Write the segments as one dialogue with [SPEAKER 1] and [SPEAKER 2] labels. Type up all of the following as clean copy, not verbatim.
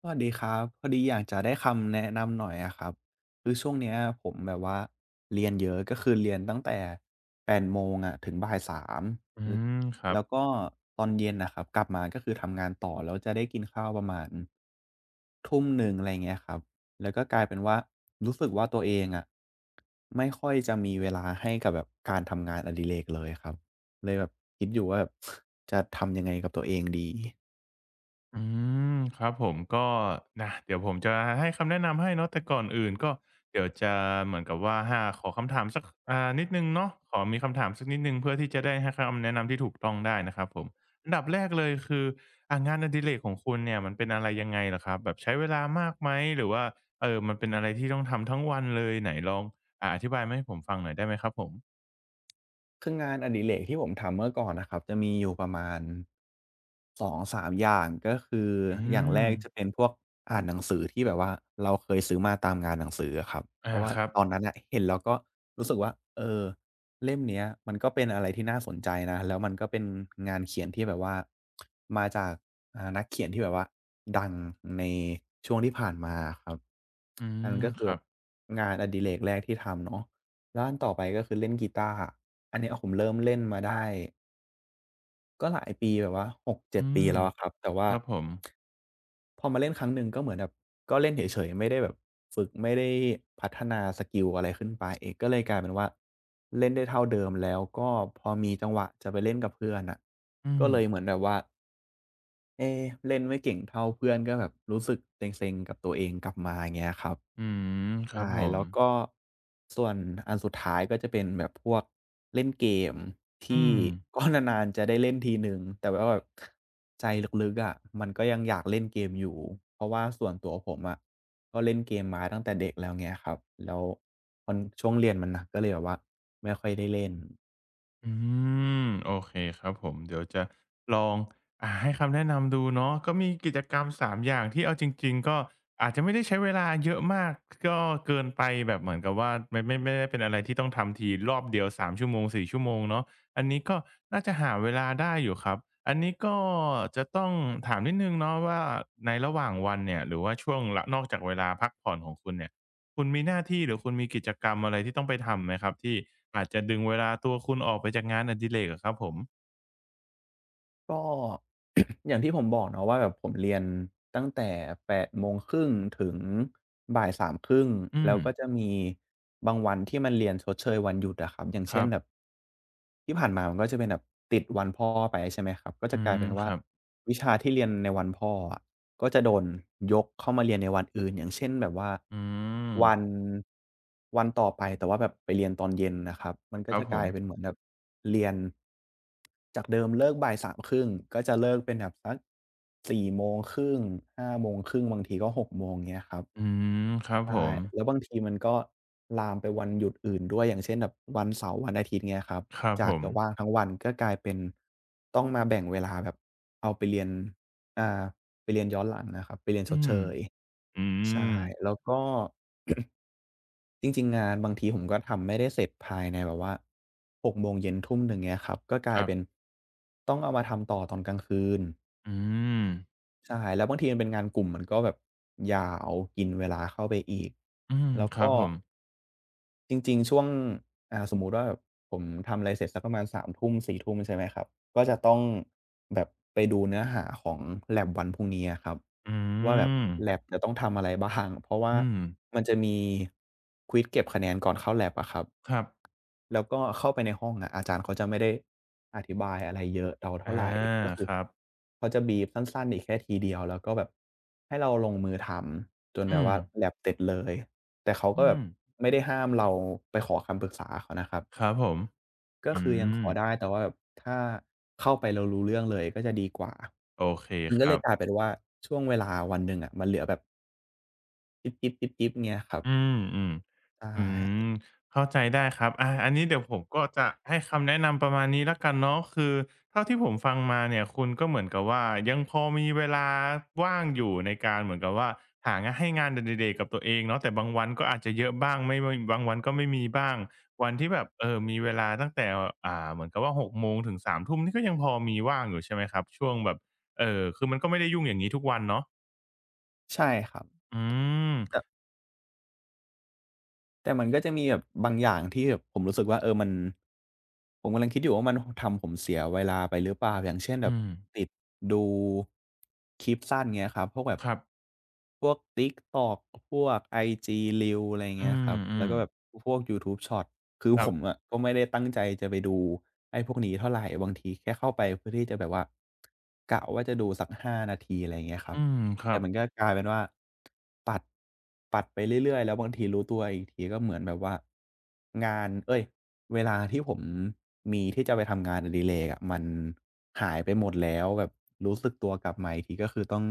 [SPEAKER 1] สวัสดีครับพอดีอยากจะได้คำแนะนำหน่อยอะครับคือช่วงเนี้ยผมแบบว่าเรียนเยอะก็คือเรียนตั้งแต่แปดโมงอะถึงบ่าย3
[SPEAKER 2] อื
[SPEAKER 1] อือ
[SPEAKER 2] มครับ
[SPEAKER 1] แล้วก็ตอนเย็นน่ะครับกลับมาก็คือทำงานต่อแล้วจะได้กินข้าวประมาณ19:00อะไรอย่างเงี้ยครับแล้วก็กลายเป็นว่ารู้สึกว่าตัวเองอะไม่ค่อยจะมีเวลาให้กับแบบการทำงานอดิเรกเลยครับเลยแบบคิดอยู่ว่าแบบ จะทำยังไงกับตัวเองดี
[SPEAKER 2] อืมครับผมก็นะเดี๋ยวผมจะให้คำแนะนำให้เนาะแต่ก่อนอื่นก็เดี๋ยวจะเหมือนกับว่าหาขอคำถามสักนิดหนึ่งเนาะขอมีคำถามสักนิดหนึ่งเพื่อที่จะได้ให้คำแนะนำที่ถูกต้องได้นะครับผมอันดับแรกเลยคืองานอดิเรกของคุณเนี่ยมันเป็นอะไรยังไงเหรอครับแบบใช้เวลามากไหมหรือว่ามันเป็นอะไรที่ต้องทำทั้งวันเลยไหนลองอธิบายมาให้ผมฟังหน่อยได้ไหมครับผม
[SPEAKER 1] คืองานอดิเรกที่ผมทำเมื่อก่อนนะครับจะมีอยู่ประมาณสองสามอย่างก็คือ
[SPEAKER 2] อื
[SPEAKER 1] อย่างแร
[SPEAKER 2] ม
[SPEAKER 1] กจะเป็นพวกอ่านหนังสือที่แบบว่าเราเคยซื้อมาตามงานหนังสืออะครับเพ
[SPEAKER 2] อา
[SPEAKER 1] ราะว่า
[SPEAKER 2] ครับ
[SPEAKER 1] ตอนนั้นน่ะเห็นแล้วก็รู้สึกว่าเออเล่มเนี้ยมันก็เป็นอะไรที่น่าสนใจนะแล้วมันก็เป็นงานเขียนที่แบบว่ามาจากนักเขียนที่แบบว่าดังในช่วงที่ผ่านมาอะครับ
[SPEAKER 2] อื
[SPEAKER 1] อันนั้น
[SPEAKER 2] ม
[SPEAKER 1] ก็คื
[SPEAKER 2] ค
[SPEAKER 1] อแบ
[SPEAKER 2] รับ
[SPEAKER 1] บงานอดิเรกแรกที่ทำเนาะแล้วอันต่อไปก็คือเล่นกีตาร์ อันเนี้ยผมเริ่มเล่นมาได้ก็หลายปีแบบว่า
[SPEAKER 2] อื
[SPEAKER 1] 6-7ปี
[SPEAKER 2] ม
[SPEAKER 1] แล้วอะครับแต่ว่า
[SPEAKER 2] ครับผม
[SPEAKER 1] พอมาเล่นครั้งหนึ่งก็เหมือนแบบก็เล่นเฉยๆไม่ได้แบบฝึกไม่ได้พัฒนาสกิลอะไรขึ้นไปก็เลยกลายเป็นว่าเล่นได้เท่าเดิมแล้วก็พอมีจังหวะจะไปเล่นกับเพื่อนน่ะ
[SPEAKER 2] อื
[SPEAKER 1] ก็
[SPEAKER 2] ม
[SPEAKER 1] เลยเหมือนแบบว่าเอ๊เล่นไม่เก่งเท่าเพื่อนก็แบบรู้สึกเซ็งๆกับตัวเองกลับมาอย่างเงี้ยครับ
[SPEAKER 2] อืมครับ
[SPEAKER 1] ใช่
[SPEAKER 2] ผม
[SPEAKER 1] แล้วก็ส่วนอันสุดท้ายก็จะเป็นแบบพวกเล่นเกม
[SPEAKER 2] อื
[SPEAKER 1] ที่
[SPEAKER 2] ม
[SPEAKER 1] ก็นานๆจะได้เล่นทีหนึ่งแต่ว่าแบบใจลึกๆอะมันก็ยังอยากเล่นเกมอยู่เพราะว่าส่วนตัวผมอะก็เล่นเกมมาตั้งแต่เด็กแล้วเงี้ยครับแล้วมันช่วงเรียนมันหนักก็เลยแบบว่าไม่ค่อยได้เล่น
[SPEAKER 2] อืมโอเคครับผมเดี๋ยวจะลองให้คำแนะนำดูเนาะก็มีกิจกรรม3อย่างที่เอาจริงๆก็อาจจะไม่ได้ใช้เวลาเยอะมากก็เกินไปแบบเหมือนกับว่ามันไม่ได้เป็นอะไรที่ต้องทำทีรอบเดียว3ชั่วโมง4ชั่วโมงเนาะอันนี้ก็น่าจะหาเวลาได้อยู่ครับอันนี้ก็จะต้องถามนิดหนึ่งเนาะว่าในระหว่างวันเนี่ยหรือว่าช่วงหลังนอกจากเวลาพักผ่อนของคุณเนี่ย คุณมีหน้าที่หรือคุณมีกิจกรรมอะไรที่ต้องไปทำไหมครับที่อาจจะดึงเวลาตัวคุณออกไปจากงานอดิเรกอะครับผม
[SPEAKER 1] ก็ อย่างที่ผมบอกเนาะว่าแบบผมเรียนตั้งแต่แปดโมงครึ3งถึงบ่ายสามคร3่0
[SPEAKER 2] อื
[SPEAKER 1] แล้
[SPEAKER 2] ม
[SPEAKER 1] วก็จะมีบางวันที่มันเรียนชดเชยวันหยุดอะครับอย่าง
[SPEAKER 2] ค
[SPEAKER 1] เช่น
[SPEAKER 2] รับ
[SPEAKER 1] แบบที่ผ่านมามันก็จะเป็นแบบติดวันพ่อไปใช่ไหมครับก็
[SPEAKER 2] อื
[SPEAKER 1] จะกลาย
[SPEAKER 2] ม
[SPEAKER 1] เป็น
[SPEAKER 2] ค
[SPEAKER 1] ว่า
[SPEAKER 2] รับ
[SPEAKER 1] วิชาที่เรียนในวันพ่ออะก็จะโดนยกเข้ามาเรียนในวันอื่นอย่างเช่นแบบว่า
[SPEAKER 2] อืม
[SPEAKER 1] วันวันต่อไปแต่ว่าแบบไปเรียนตอนเย็นนะครับมัน
[SPEAKER 2] ค
[SPEAKER 1] ก็
[SPEAKER 2] รับ
[SPEAKER 1] จะ
[SPEAKER 2] ผ
[SPEAKER 1] กลา
[SPEAKER 2] ม
[SPEAKER 1] ยเป็นเหมือนแบบเรียน จากเดิมเลิกบ่ายสามครึ่งก็จะเลิกเป็นแบบสักสี่โมงครึ่งห้าโมงครึ่งบางทีก็หกโมงเงี้ยครับ
[SPEAKER 2] อืมครับผ
[SPEAKER 1] ใช่
[SPEAKER 2] ม
[SPEAKER 1] แล้วบางทีมันก็ลามไปวันหยุดอื่นด้วยอย่างเช่นแบบวันเสาร์วันอาทิตย์เงี้ยครับ
[SPEAKER 2] ครับ
[SPEAKER 1] จา
[SPEAKER 2] ผ
[SPEAKER 1] ก
[SPEAKER 2] ม
[SPEAKER 1] จะว่างทั้งวันก็กลายเป็นต้องมาแบ่งเวลาแบบเอาไปเรียนอ่าไปเรียนย้อนหลังนะครับไปเรียนช
[SPEAKER 2] อื
[SPEAKER 1] ดเช
[SPEAKER 2] ม
[SPEAKER 1] ย
[SPEAKER 2] อื
[SPEAKER 1] ใช่
[SPEAKER 2] ม
[SPEAKER 1] แล้วก็ จริงๆงานบางทีผมก็ทำไม่ได้เสร็จภายในแบบว่า6โมงเย็นทุ่มหนึ่งเงี้ยครับก็ก
[SPEAKER 2] ค
[SPEAKER 1] ลาย
[SPEAKER 2] รั
[SPEAKER 1] เป็น
[SPEAKER 2] บ
[SPEAKER 1] ต้องเอามาทำต่อตอนกลางคืน
[SPEAKER 2] อืม
[SPEAKER 1] ใช่แล้วบางทีมันเป็นงานกลุ่มมันก็แบบยาวกินเวลาเข้าไปอีก
[SPEAKER 2] อืม
[SPEAKER 1] แล้ว
[SPEAKER 2] ครั
[SPEAKER 1] ก็
[SPEAKER 2] บผม
[SPEAKER 1] จริงๆช่วงสมมุติว่าแบบผมทำอะไรเสร็จสักประมาณ3ทุ่ม4ทุ่มใช่ไหมครับก็จะต้องแบบไปดูเนื้อหาของ lab วันพรุ่งนี้อะครับ
[SPEAKER 2] อื
[SPEAKER 1] ว่าแบบ
[SPEAKER 2] ม
[SPEAKER 1] lab จะต้องทำอะไรบ้างเพราะว่า
[SPEAKER 2] อืม
[SPEAKER 1] มันจะมีควิซเก็บคะแนนก่อนเข้า lab อะครับ
[SPEAKER 2] ครับ
[SPEAKER 1] แล้วก็เข้าไปในห้องอะอาจารย์เขาจะไม่ได้อธิบายอะไรเยอะเราเท่า
[SPEAKER 2] อา
[SPEAKER 1] ไรก็คือ
[SPEAKER 2] ครับ
[SPEAKER 1] เขาจะบรีฟสั้นๆอีกแค่ทีเดียวแล้วก็แบบให้เราลงมือทำจนแบ
[SPEAKER 2] อื
[SPEAKER 1] บ
[SPEAKER 2] ม
[SPEAKER 1] ว่าแล็บเสร็จเลยแต่เขา
[SPEAKER 2] อื
[SPEAKER 1] ก็แบ
[SPEAKER 2] ม
[SPEAKER 1] บไม่ได้ห้ามเราไปขอคำปรึกษาเขานะครับ
[SPEAKER 2] ครับผม
[SPEAKER 1] ก็
[SPEAKER 2] อื
[SPEAKER 1] คือยังข
[SPEAKER 2] ม
[SPEAKER 1] อได้แต่ว่าแบบถ้าเข้าไปแล้วรู้เรื่องเลยก็จะดีกว่า
[SPEAKER 2] โอเค
[SPEAKER 1] มัน
[SPEAKER 2] ค
[SPEAKER 1] ก็เล
[SPEAKER 2] รั
[SPEAKER 1] ย
[SPEAKER 2] บ
[SPEAKER 1] กลายเป็นว่าช่วงเวลาวันหนึ่งอะมันเหลือแบบจิ๊บๆๆๆเงี้ยครับ
[SPEAKER 2] อืม
[SPEAKER 1] ใช่
[SPEAKER 2] ๆ อืมเข้าใจได้ครับอันนี้เดี๋ยวผมก็จะให้คำแนะนำประมาณนี้แล้วกันเนาะคือเท่าที่ผมฟังมาเนี่ยคุณก็เหมือนกับว่ายังพอมีเวลาว่างอยู่ในการเหมือนกับว่าหางานให้งานอดิเรกกับตัวเองเนาะแต่บางวันก็อาจจะเยอะบ้างไม่ไม่บางวันก็ไม่มีบ้างวันที่แบบมีเวลาตั้งแต่เหมือนกับว่า6โมงถึงสามทุ่มนี่ก็ยังพอมีว่างอยู่ใช่ไหมครับช่วงแบบคือมันก็ไม่ได้ยุ่งอย่างงี้ทุกวันเนาะ
[SPEAKER 1] ใช่ครับ
[SPEAKER 2] อืม
[SPEAKER 1] แต่ แต่มันก็จะมีแบบบางอย่างที่แบบผมรู้สึกว่าเออมันผมกำลังคิดอยู่ว่ามันทำผมเสียเวลาไปหรือเปล่าอย่างเช่นแบบ
[SPEAKER 2] อืม
[SPEAKER 1] ติดดูคลิปสั้นเงี้ยครับพวกแบบ
[SPEAKER 2] ครับ
[SPEAKER 1] พวก TikTok พวกไอจี Reels อะไร
[SPEAKER 2] อื
[SPEAKER 1] เงี้ยครับแล้ว
[SPEAKER 2] ม
[SPEAKER 1] ก็แบบ
[SPEAKER 2] ๆ
[SPEAKER 1] พวกยูทูบ Shorts คือ
[SPEAKER 2] ค
[SPEAKER 1] ผ
[SPEAKER 2] รั
[SPEAKER 1] มอะ
[SPEAKER 2] บ
[SPEAKER 1] ก็ไม่ได้ตั้งใจจะไปดูไอ้พวกนี้เท่าไรบางทีแค่เข้าไปเพื่อที่จะแบบว่ากะว่าจะดูสัก5นาทีอะไรเงี้ยครั
[SPEAKER 2] อื
[SPEAKER 1] บ
[SPEAKER 2] มค
[SPEAKER 1] แต่
[SPEAKER 2] รับ
[SPEAKER 1] มันก็กลายเป็นว่าปัดปัดไปเรื่อยๆ แล้วบางทีรู้ตัวอีกทีก็เหมือนแบบว่างานเอ๊ยเวลาที่ผมมีที่จะไปทำงานอดิเรกอะมันหายไปหมดแล้วแบบรู้สึกตัวกลับมาอีกทีก็คือต้อง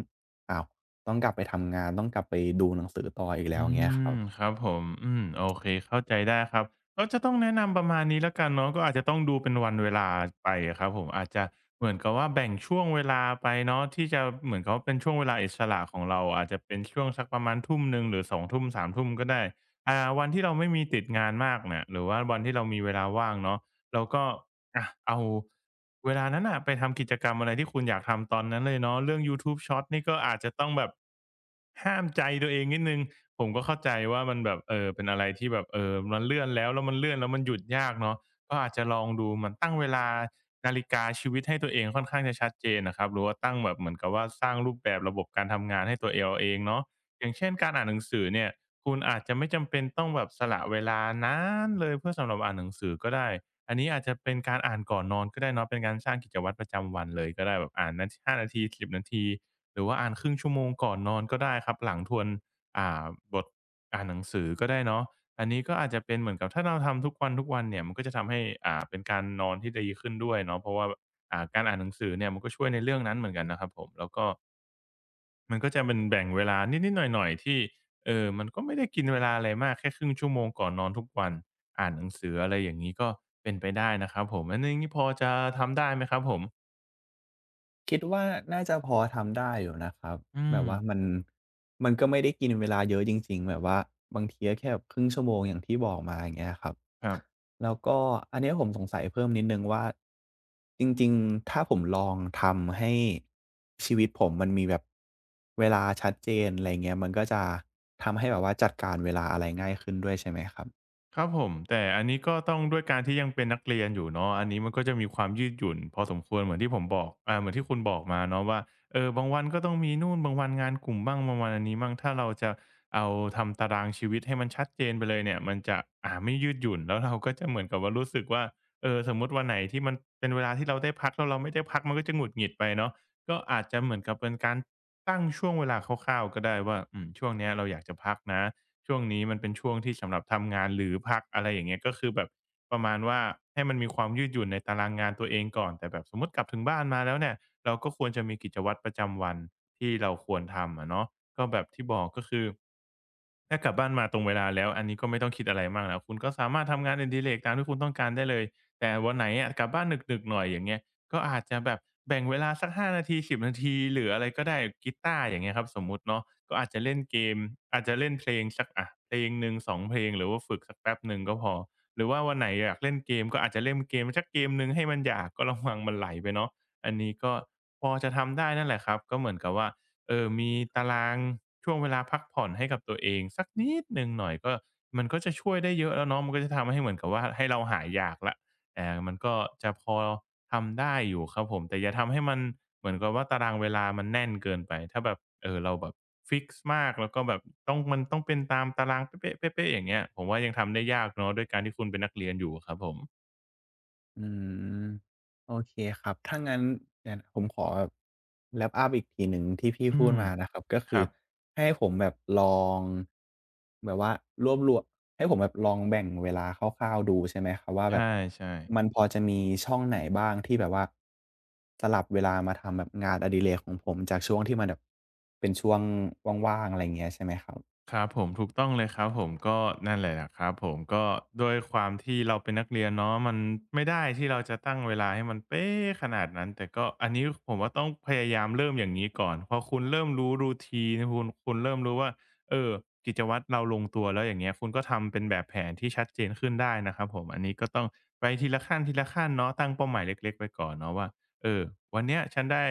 [SPEAKER 1] อ้าวต้องกลับไปทำงานต้องกลับไปดูหนังสือต่ออีกแล้ว
[SPEAKER 2] อื
[SPEAKER 1] เงี้ยครั
[SPEAKER 2] ม
[SPEAKER 1] บ
[SPEAKER 2] ครับผมอืมโอเคเข้าใจได้ครับก็จะต้องแนะนำประมาณนี้แล้วกันเนาะก็อาจจะต้องดูเป็นวันเวลาไปอะครับผมอาจจะเหมือนกับว่าแบ่งช่วงเวลาไปเนาะที่จะเหมือนกับว่าเป็นช่วงเวลาอิสระของเราอาจจะเป็นช่วงสักประมาณทุ่มหนึ่งหรือสองทุ่มสามทุ่มก็ได้วันที่เราไม่มีติดงานมากเนี่ยหรือว่าวันที่เรามีเวลาว่างเนาะ แล้วก็อะเอาเวลานั้นน่ะไปทำกิจกรรมอะไรที่คุณอยากทำตอนนั้นเลยเนาะเรื่องยูทูบช็อตนี่ก็อาจจะต้องแบบห้ามใจตัวเองนิดหนึ่งผมก็เข้าใจว่ามันแบบเป็นอะไรที่แบบมันเลื่อนแล้วมันเลื่อนแล้วมันหยุดยากเนาะก็อาจจะลองดูเหมือนตั้งเวลานาฬิกาชีวิตให้ตัวเองค่อนข้างจะชัดเจนอะครับหรือว่าตั้งแบบเหมือนกับว่าสร้างรูปแบบระบบการทำงานให้ตัวเราเองเนาะอย่างเช่นการอ่านหนังสือเนี่ยคุณอาจจะไม่จำเป็นต้องแบบสละเวลานานเลยเพื่อสำหรับอ่านหนังสือก็ได้ อันนี้อาจจะเป็นการอ่านก่อนนอนก็ได้เนาะเป็นการสร้างกิจวัตรประจำวันเลยก็ได้แบบอ่านนา5นาที10นาทีหรือว่าอ่านคร่งชั่วโมงก่อนนอนก็ได้ครับหลังทวนอ่าบทอ่านหนังสือก็ได้เนาะอันนี้ก็อาจจะเป็นเหมือนกับถ้าเราทำทุกวันๆเนี่ยมันก็จะทำให้เป็นการนอนที่ดีขึ้นด้วยเนาะเพราะว่าการอ่านหนังสือเนี่ยมันก็ช่วยในเรื่องนั้นเหมือนกันนะครับผมแล้วก็ มันก็จะเป็นแบ่งเวลานิดๆหน่อยๆ ที่มันก็ไม่ได้กินเวลาอะไรมากแค่ครึ่งชั่วโมงก่อนนอนทุกวันอ่านหนังสืออะไรอย่างงี้ก็เป็นไปได้นะครับผมอันนี้พอจะทำได้ไหมครับผม
[SPEAKER 1] คิดว่าน่าจะพอทำได้อยู่นะครับ
[SPEAKER 2] อื
[SPEAKER 1] แบ
[SPEAKER 2] ม
[SPEAKER 1] บว่ามันก็ไม่ได้กินเวลาเยอะจริงๆแบบว่าบางทีก็แค่แบบครึ่งชั่วโมงอย่างที่บอกมาอย่างเงี้ยครับ
[SPEAKER 2] ครับ
[SPEAKER 1] แล้วก็อันเนี้ยผมสงสัยเพิ่มนิดหนึ่งว่าจริงๆถ้าผมลองทำให้ชีวิตผมมันมีแบบเวลาชัดเจนอะไรเงี้ยมันก็จะทำให้แบบว่าจัดการเวลาอะไรง่ายขึ้นด้วยใช่ไหมครับ
[SPEAKER 2] ครับผมแต่อันนี้ก็ต้องด้วยการที่ยังเป็นนักเรียนอยู่เนาะอันนี้มันก็จะมีความยืดหยุ่นพอสมควรเหมือนที่ผมบอกเหมือนที่คุณบอกมาเนาะว่าเออบางวันก็ต้องมีนู่นบางวันงานกลุ่มบ้างบางวันอันนี้บ้างถ้าเราจะเอาทำตารางชีวิตให้มันชัดเจนไปเลยเนี่ยมันจะไม่ยืดหยุ่นแล้วเราก็จะเหมือนกับว่ารู้สึกว่าเออสมมุติวันไหนที่มันเป็นเวลาที่เราได้พักแล้วเราไม่ได้พักมันก็จะหงุดหงิดไปเนาะ ก็อาจจะเหมือนกับเป็นการตั้งช่วงเวลาคร่าวๆก็ได้ว่าอืมช่วงเนี้ยเราอยากจะพักนะช่วงนี้มันเป็นช่วงที่สำหรับทำงานหรือพักอะไรอย่างเงี้ยก็คือแบบประมาณว่าให้มันมีความยืดหยุ่นในตารางงานตัวเองก่อนแต่แบบสมมุติกลับถึงบ้านมาแล้วเนี่ยเราก็ควรจะมีกิจวัตรประจำวันที่เราควรทำอะเนาะก็แบบที่บอกก็คือถ้ากลับบ้านมาตรงเวลาแล้วอันนี้ก็ไม่ต้องคิดอะไรมากแล้วคุณก็สามารถทำงานอดิเรกตามที่คุณต้องการได้เลยแต่วันไหนอะกลับบ้านดึกๆหน่อยอย่างเงี้ย ก็อาจจะแบบแบ่งเวลาสัก5นาที10นาทีหรืออะไรก็ได้กีตาร์อย่างเงี้ยครับสมมุติเนาะก็อาจจะเล่นเกมอาจจะเล่นเพลงสักอะเพลงหนึ่งสองเพลงหรือว่าฝึกสักแป๊บหนึ่งก็พอหรือว่าวันไหนอยากเล่นเกมก็อาจจะเล่นเกมสักเกมหนึ่งให้มันอยากก็ระวังมันไหลไปเนาะอันนี้ก็พอจะทำได้นั่นแหละครับก็เหมือนกับว่ามีตารางช่วงเวลาพักผ่อนให้กับตัวเองสักนิดหนึ่งหน่อยก็มันก็จะช่วยได้เยอะแล้วเนาะมันก็จะทำให้เหมือนกับว่าให้เราหายอยากแล้ว แต่มันก็จะพอทำได้อยู่ครับผม แต่อย่าทำให้มันเหมือนกับว่าตารางเวลามันแน่นเกินไป ถ้าแบบเราแบบฟิกซ์มากแล้วก็แบบต้องมันต้องเป็นตามตารางเป๊ะๆๆๆอย่างเงี้ยผมว่ายังทำได้ยากเนาะด้วยการที่คุณเป็นนักเรียนอยู่อะครับผม
[SPEAKER 1] อืมโอเคครับถ้างั้นเนี่ยผมขอแบบแรปอ rap up อีกทีหนึ่งที่พี่
[SPEAKER 2] อื
[SPEAKER 1] พูด
[SPEAKER 2] ม
[SPEAKER 1] มานะครับก็
[SPEAKER 2] ค
[SPEAKER 1] คือ
[SPEAKER 2] รับ
[SPEAKER 1] ให้ผมแบบลองแบบว่ารวบรวมให้ผมแบบลองแบ่งเวลาคร่าวๆดูใช่ไหมครับว่า
[SPEAKER 2] ใ
[SPEAKER 1] แบบ
[SPEAKER 2] ช่
[SPEAKER 1] มัน
[SPEAKER 2] ๆ
[SPEAKER 1] พอจะมีช่องไหนบ้างที่แบบว่าสลับเวลามาทำแบบงานอดิเรกของผมจากช่วงที่มันแบบเป็นช่วงว่างๆอะไรอาเงี้ยใช่ไหมครับ
[SPEAKER 2] ครับผมถูกต้องเลยครับผมก็นั่นแหละนะครับผมก็ด้วยความที่เราเป็นนักเรียนเนาะมันไม่ได้ที่เราจะตั้งเวลาให้มันเป๊ะขนาดนั้นแต่ก็อันนี้ผมว่าต้องพยายามเริ่มอย่างนี้ก่อนพอคุณเริ่มรู้ routine คุณเริ่มรู้ว่าเออกิจวัตรเราลงตัวแล้วอย่างเงี้ยคุณก็ทำเป็นแบบแผนที่ชัดเจนขึ้นได้นะครับผมอันนี้ก็ต้องไปทีละขั้นทีละขั้นเนาะตั้งเป้าหมายเล็กๆไว้ก่อนเนาะว่าเออวันเนี้ยฉันได้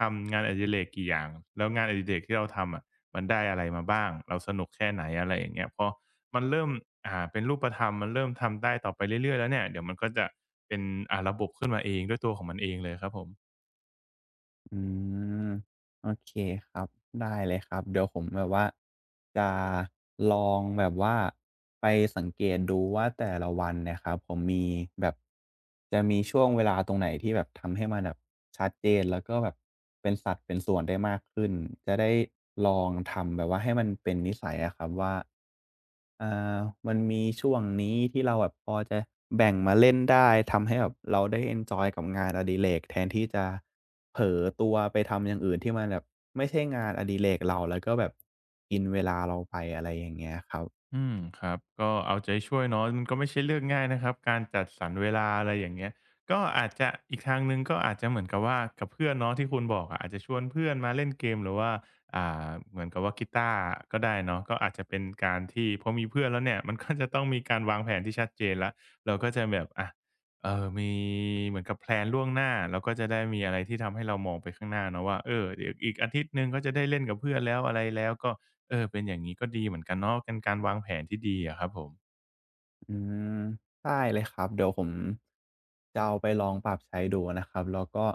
[SPEAKER 2] ทำงานอดิเรกกี่อย่างแล้วงานอดิเรกที่เราทำอะ มันได้อะไรมาบ้าง เราสนุกแค่ไหนอะไรอย่างเงี้ยพอมันเริ่มเป็นรูปธรรมมันเริ่มทำได้ต่อไปเรื่อยๆแล้วเนี่ยเดี๋ยวมันก็จะเป็นระบบขึ้นมาเองด้วยตัวของมันเองเลยครับผม
[SPEAKER 1] อืมโอเคครับได้เลยครับเดี๋ยวผมแบบว่าจะลองแบบว่าไปสังเกตดูว่าแต่ละวันเนี่ยครับผมมีแบบจะมีช่วงเวลาตรงไหนที่แบบทำให้มันแบบชัดเจนแล้วก็แบบเป็นสัดเป็นส่วนได้มากขึ้นจะได้ลองทำแบบว่าให้มันเป็นนิสัยอะครับว่า อ่ามันมีช่วงนี้ที่เราแบบพอจะแบ่งมาเล่นได้ทำให้แบบเราได้เอนจอยกับงานอดิเรกแทนที่จะเผลอตัวไปทำอย่างอื่นที่มันแบบไม่ใช่งานอดิเรกเราแล้วก็แบบกินเวลาเราไปอะไรอย่างเงี้ยครับ
[SPEAKER 2] อืมครับก็เอาใจช่วยเนาะมันก็ไม่ใช่เรื่องง่ายนะครับการจัดสรรเวลาอะไรอย่างเงี้ยก็อาจจะอีกทางหนึ่งก็อาจจะเหมือนกับว่ากับเพื่อนเนาะที่คุณบอกอะอาจจะชวนเพื่อนมาเล่นเกมหรือว่าเหมือนกับว่ากีตาร์ก็ได้เนาะก็อาจจะเป็นการที่พอมีเพื่อนแล้วเนี่ย มันก็จะต้องมีการวางแผนที่ชัดเจนแล้วเราก็จะแบบอะมีเหมือนกับแพลนล่วงหน้าเราก็จะได้มีอะไรที่ทำให้เรามองไปข้างหน้าเนาะว่าเออเดี๋ยวอีกอาทิตย์หนึ่งก็จะได้เล่นกับเพื่อนแล้วอะไรแล้วก็ เออเป็นอย่างนี้ก็ดีเหมือนกันเนาะเป็นการวางแผนที่ดีอะครับผม
[SPEAKER 1] อืมได้เลยครับเดี๋ยวผมจะเอาไปลองปรับใช้ดูนะครับแล้วก็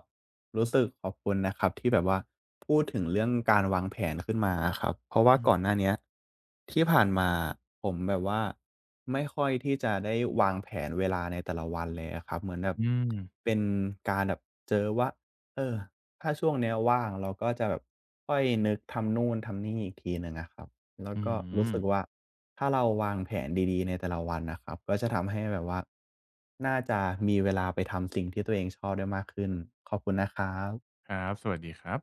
[SPEAKER 1] รู้สึกขอบคุณนะครับที่แบบว่าพูดถึงเรื่องการวางแผนขึ้นมาอะครับเพราะว่า
[SPEAKER 2] อื
[SPEAKER 1] ก่อนหน้า
[SPEAKER 2] ม
[SPEAKER 1] เนี้ยที่ผ่านมาผมแบบว่าไม่ค่อยที่จะได้วางแผนเวลาในแต่ละวันเลยอะครับเหมือนแบบ
[SPEAKER 2] อืม
[SPEAKER 1] เป็นการแบบเจอว่าเออถ้าช่วงเนี้ยว่างเราก็จะแบบค่อยนึกทำนู่นทำนี่อีกทีหนึ่งอะครับแล้ว
[SPEAKER 2] อื
[SPEAKER 1] ก็รู้
[SPEAKER 2] ม
[SPEAKER 1] สึกว่า ถ้าเราวางแผนดีๆในแต่ละวันนะครับก็จะทำให้แบบว่าน่าจะมีเวลาไปทำสิ่งที่ตัวเองชอบได้มากขึ้นขอบคุณนะครับ
[SPEAKER 2] ครับสวัสดีครับ